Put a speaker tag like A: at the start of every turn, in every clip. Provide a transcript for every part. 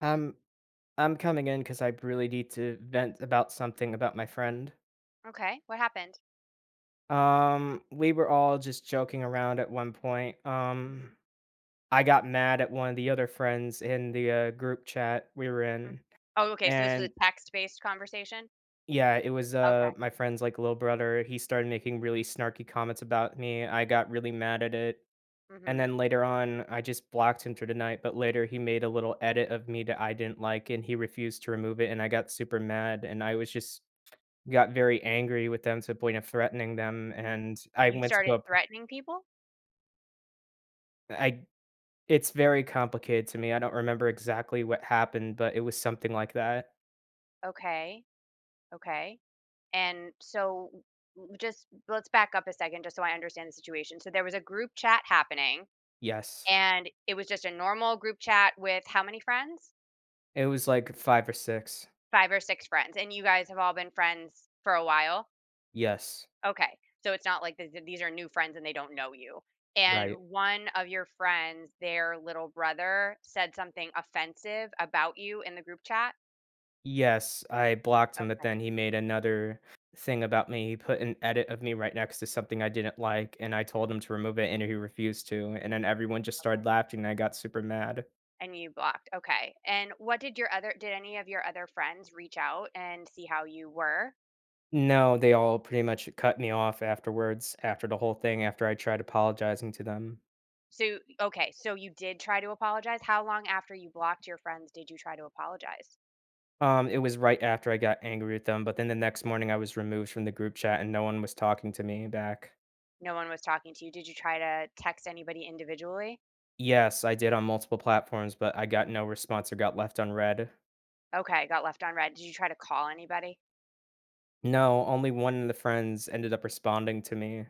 A: Um, I'm coming in because I really need to vent about something about my friend.
B: Okay, what happened?
A: We were all just joking around at one point.
B: Mhm,
A: I got mad at one of the other friends in the group chat we were
B: mm.
A: in,
B: Oh, okay, so this was
A: and
B: a text-based conversation?
A: yeah, it was,
B: Okay,
A: my friend's, like, little brother. He started making really snarky comments about me. I got really mad at it, and
B: mhm.
A: then later on, I just blocked him for the night, but later he made a little edit of me that I didn't like, and he refused to remove it, and I got super mad, and I was just got very angry with them to the point of threatening them, and I
B: You
A: went to go
B: started
A: up
B: threatening people?
A: I It's very complicated to me, I don't remember exactly what happened, but it was something like that.
B: Okay, okay. And so w just let's back up a second just so I understand the situation. So there was a group chat happening,
A: Yes.
B: and it was just a normal group chat with how many friends?
A: It was like 5 or 6.
B: 5 or 6 friends, and you guys have all been friends for a while?
A: Yes.
B: Okay. So it's not like th th these are new friends and they don't know you. And
A: Right.
B: one of your friends, their little brother, said something offensive about you in the group chat?
A: Yes, I blocked him, but
B: Okay.
A: then he made another thing about me, he put an edit of me right next to something I didn't like, and I told him to remove it, and he refused to, and then everyone just started laughing, and I got super mad.
B: And you blocked. Okay. And what did your other did any of your other friends reach out and see how you were?
A: No, they all pretty much cut me off afterwards, after the whole thing, after I tried apologizing to them.
B: So okay, so you did try to apologize. How long after you blocked your friends did you try to apologize?
A: It was right after I got angry with them, but then the next morning I was removed from the group chat and no one was talking to me back.
B: No one was talking to you. Did you try to text anybody individually?
A: Yes, I did on multiple platforms, but I got no response or got left unread.
B: Okay, got left on red. Did you try to call anybody?
A: No, only one of the friends ended up responding to me.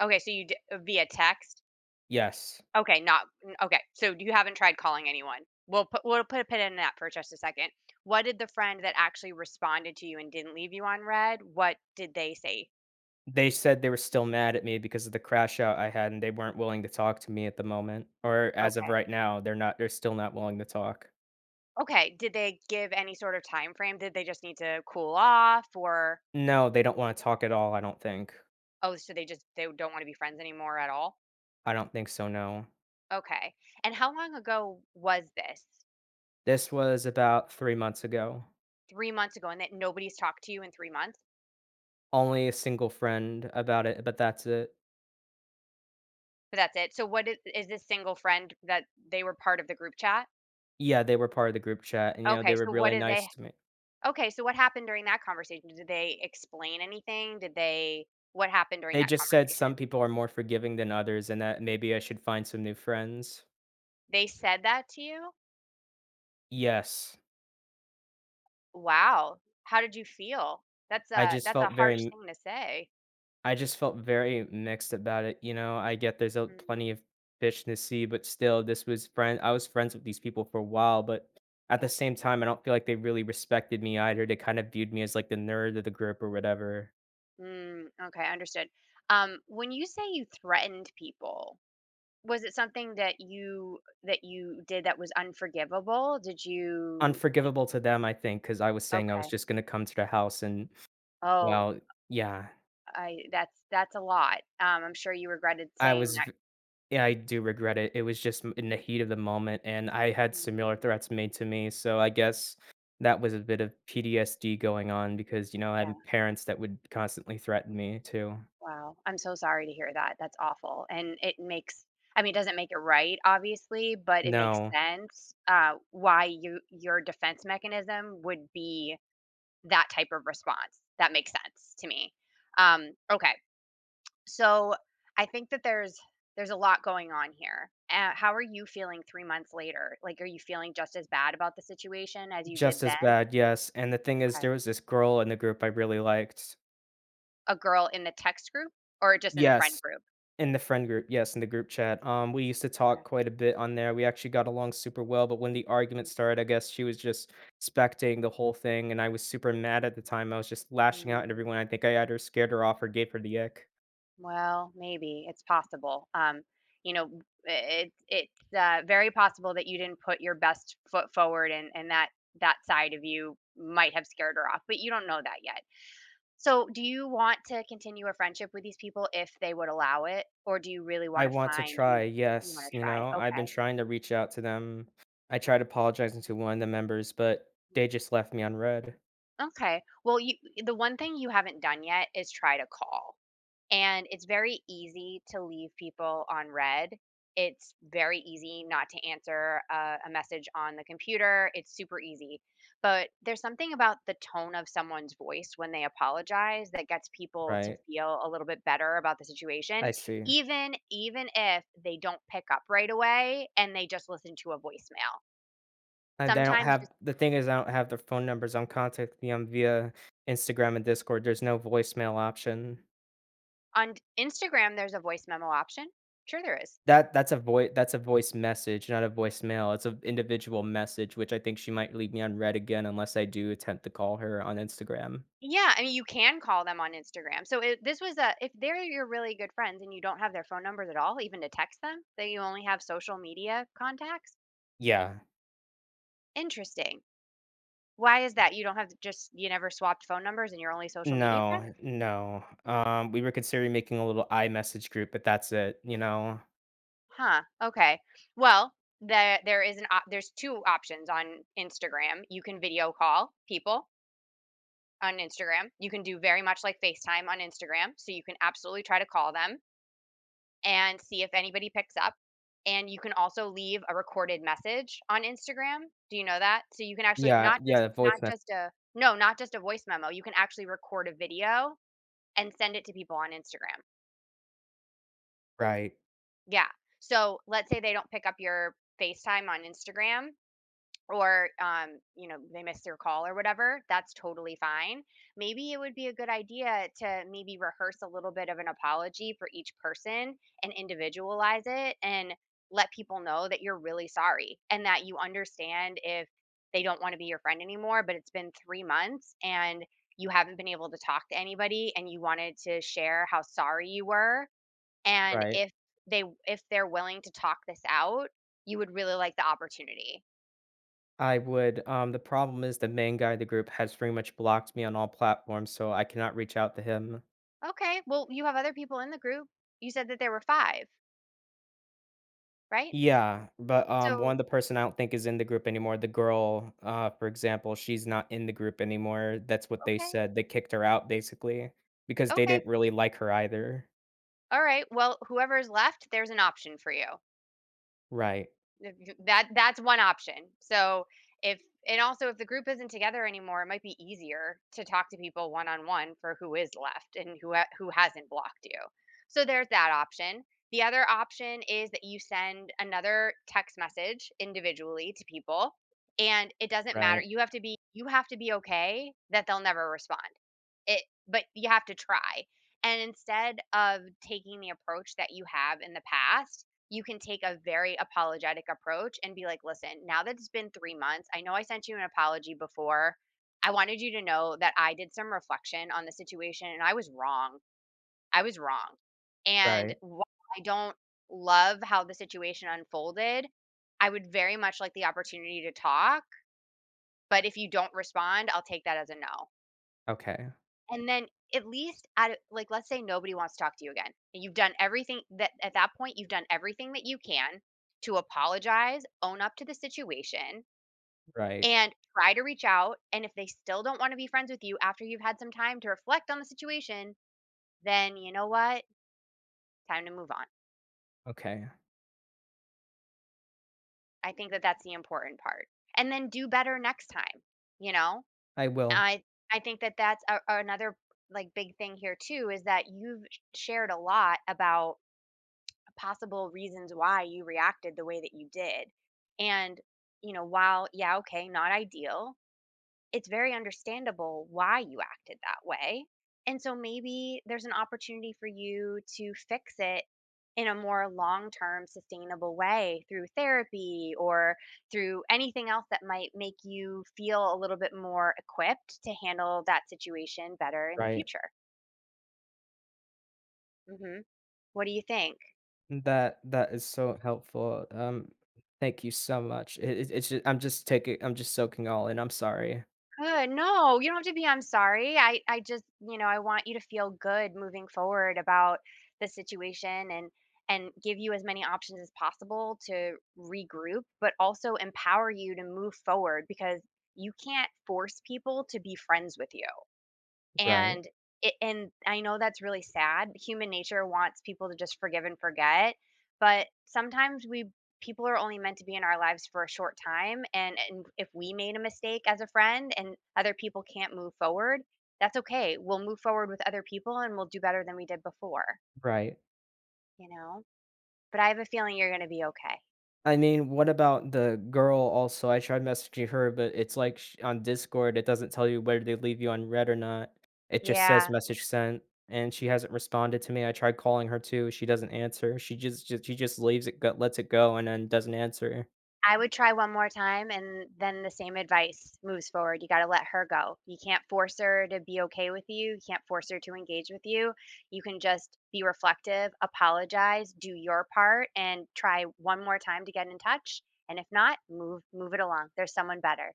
B: Okay, so you via text?
A: Yes.
B: Okay, not okay, so you haven't tried calling anyone. We'll put a pin in that for just a second. What did the friend that actually responded to you and didn't leave you on read, what did they say?
A: They said they were still mad at me because of the crash out I had and they weren't willing to talk to me at the moment. Or as of
B: Okay.
A: right now, they're still not willing to talk.
B: Okay, did they give any sort of time frame? Did they just need to cool off, or
A: No, they don't wanna talk at all, I don't think.
B: oh, so they just they don't wanna be friends anymore at all?
A: I don't think so, no.
B: Okay, and how long ago was this?
A: This was about 3 months ago.
B: 3 months ago and that nobody's talked to you in 3 months?
A: Only a single friend about it, but that's it.
B: But that's it. So what is this single friend that they were part of the group chat?
A: Yeah, they were part of the group chat, and, you know,
B: Okay,
A: they were
B: so what
A: really
B: do
A: nice
B: they
A: to me.
B: okay, so what happened during that conversation? Did they explain anything? Did they what happened during
A: They
B: that
A: just said
B: conversation?
A: some people are more forgiving than others and that maybe I should find some new friends.
B: They said that to you?
A: Yes.
B: Wow. How did you feel? That's
A: I
B: a
A: just
B: that's a
A: felt
B: harsh
A: very
B: thing to say.
A: I just felt very mixed about it, you know, I get there's a
B: Mm,
A: plenty of fish in the sea, but still this was friend I was friends with these people for a while, but at the
B: yeah.
A: same time, I don't feel like they really respected me either, they kind of viewed me as, like, the nerd of the group or whatever.
B: Mm, okay, understood. When you say you threatened people, was it something that you did that was unforgivable? Did you
A: Unforgivable to them, I think, because I was saying I was
B: okay.
A: just gonna come to their house and,
B: Oh,
A: well yeah,
B: I that's a lot. I'm sure you regretted
A: I
B: saying
A: was
B: that.
A: Yeah, I do regret it. It was just m in the heat of the moment, and I had similar
B: Mhm.
A: threats made to me, so I guess that was a bit of PTSD going on because, you know, I
B: Yeah.
A: had parents that would constantly threaten me too.
B: Wow, I'm so sorry to hear that. That's awful. And it makes I mean, it doesn't make it right, obviously, but it makes
A: No.
B: sense why you your defense mechanism would be that type of response. That makes sense to me. Okay, so I think that there's a lot going on here. How are you feeling 3 months later? Like, are you feeling just as bad about the situation as you did
A: Just as
B: then?
A: bad, yes, and the thing is
B: Okay,
A: there was this girl in the group I really liked.
B: a girl in the text group or just in the friend
A: Yes.
B: group?
A: In the friend group, yes, in the group chat. We used to
B: Okay.
A: talk quite a bit on there. We actually got along super well, but when the argument started, I guess she was just spectating the whole thing, and I was super mad at the time. I was just lashing out at
B: Mhm.
A: everyone. I think I either scared her off or gave her the ick.
B: Well, maybe it's possible. You know, it, it's very possible that you didn't put your best foot forward, and that that side of you might have scared her off, but you don't know that yet. So, do you want to continue a friendship with these people if they would allow it, or do you really
A: I
B: want to
A: want to
B: find new?
A: try,
B: You want
A: yes.
B: to
A: You
B: try?
A: know, I've been
B: Okay.
A: trying to reach out to them. I tried apologizing to one of the members, but they
B: Mm.
A: just left me on read.
B: Okay. Well, you The one thing you haven't done yet is try to call. And it's very easy to leave people on red. It's very easy not to answer a message on the computer. It's super easy. But there's something about the tone of someone's voice when they apologize that gets people to
A: Right.
B: feel a little bit better about the situation,
A: I see.
B: even if they don't pick up right away and they just listen to a voicemail.
A: And
B: Sometimes just
A: I don't have their phone numbers. I'm contacting them via Instagram and Discord. There's no voicemail option.
B: on Instagram there's a voice memo option. Sure there is.
A: That's a voice message, not a voicemail. It's an individual message, which I think she might leave me on red again unless I do attempt to call her on Instagram.
B: Yeah, I mean, you can call them on Instagram. This was a if they're your really good friends and you don't have their phone numbers at all, even to text them, that you only have social media contacts.
A: Yeah.
B: Interesting. Why is that? You don't have just you never swapped phone numbers and you're only social media friends?
A: No. We were considering making a little iMessage group, but that's it, you know?
B: Huh. Okay. Well, there is an there's two options on Instagram. You can video call people on Instagram. You can do very much like FaceTime on Instagram, so you can absolutely try to call them and see if anybody picks up. And you can also leave a recorded message on Instagram. Do you know that? So you can actually
A: Yeah, yeah, the voice mess
B: not just a voice memo. You can actually record a video and send it to people on Instagram.
A: Right,
B: Yeah. So let's say they don't pick up your FaceTime on Instagram, or you know, they missed their call or whatever, that's totally fine. Maybe it would be a good idea to maybe rehearse a little bit of an apology for each person and individualize it, and let people know that you're really sorry and that you understand if they don't want to be your friend anymore, but it's been 3 months and you haven't been able to talk to anybody, and you wanted to share how sorry you were. And
A: right.
B: if they're willing to talk this out, you would really like the opportunity.
A: I would, the problem is the main guy of the group has pretty much blocked me on all platforms, so I cannot reach out to him.
B: Okay, well, you have other people in the group. You said that there were 5, right?
A: Yeah, but, one,
B: So,
A: the person I don't think is in the group anymore. The girl, for example, she's not in the group anymore. That's what they
B: okay,
A: said. They kicked her out basically because they
B: okay,
A: didn't really like her either.
B: all right, well, whoever's left, there's an option for you.
A: Right,
B: If you That that's one option. So, if and also if the group isn't together anymore, it might be easier to talk to people one on one for who is left and who who hasn't blocked you. So there's that option. The other option is that you send another text message individually to people and it doesn't matter.
A: right,
B: You have to be okay that they'll never respond. It But you have to try. And instead of taking the approach that you have in the past, you can take a very apologetic approach and be like, "Listen, now that it's been 3 months, I know I sent you an apology before. I wanted you to know that I did some reflection on the situation and I was wrong. I was wrong. And
A: right.
B: while I don't love how the situation unfolded, I would very much like the opportunity to talk, but if you don't respond, I'll take that as a no."
A: Okay,
B: And then at least at like, let's say nobody wants to talk to you again, and you've done everything that at that point, you've done everything that you can to apologize, own up to the situation,
A: right.
B: and try to reach out, and if they still don't wanna be friends with you after you've had some time to reflect on the situation, then you know what? Time to move on.
A: Okay.
B: I think that that's the important part. And then do better next time, you know?
A: I will.
B: I I think that that's a another, like, big thing here too is that you've shared a lot about possible reasons why you reacted the way that you did. And, you know, while, yeah, okay, not ideal, it's very understandable why you acted that way. And so maybe there's an opportunity for you to fix it in a more long term sustainable way through therapy or through anything else that might make you feel a little bit more equipped to handle that situation better in the
A: Right.
B: future. Hmm. What do you think?
A: That is so helpful. Thank you so much. It's just I'm just soaking all in. I'm sorry.
B: Good. No, you don't have to be. I'm sorry. I just, you know, I want you to feel good moving forward about the situation, and give you as many options as possible to regroup, but also empower you to move forward because you can't force people to be friends with you.
A: Right,
B: And it and I know that's really sad. Human nature wants people to just forgive and forget, but sometimes we people are only meant to be in our lives for a short time, and if we made a mistake as a friend and other people can't move forward, that's okay. We'll move forward with other people and we'll do better than we did before,
A: right.
B: you know? But I have a feeling you're going to be okay.
A: I mean, what about the girl also? I tried messaging her, but it's like sh on Discord, it doesn't tell you whether they leave you on Red or not. It just says
B: Yeah.
A: message sent, and she hasn't responded to me. I tried calling her too, she doesn't answer. She just she just leaves it go lets it go and then doesn't answer.
B: I would try one more time and then the same advice moves forward. You gotta let her go. You can't force her to be okay with you. You can't force her to engage with you. You can just be reflective, apologize, do your part, and try one more time to get in touch. And if not, move it along. There's someone better.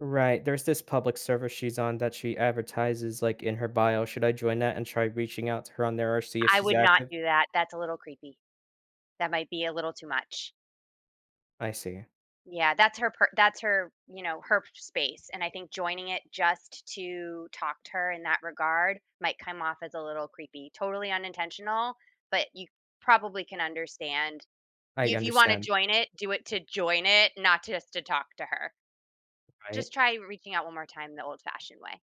A: Right, there's this public server she's on that she advertises, like, in her bio. Should I join that and try reaching out to her on there or see if
B: I
A: she's
B: would not
A: active?
B: do that. That's a little creepy. That might be a little too much.
A: I see.
B: Yeah, that's her, you know, her space, and I think joining it just to talk to her in that regard might come off as a little creepy. Totally unintentional, but you probably can understand.
A: I
B: You If you wanna
A: understand,
B: join it, do it to join it, not just to talk to her. Just
A: right?
B: try reaching out one more time the old-fashioned way.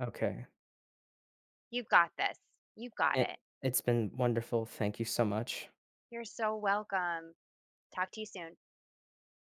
A: Okay.
B: You've got this. You've got
A: It
B: it.
A: it's been wonderful. Thank you so much.
B: You're so welcome. Talk to you soon.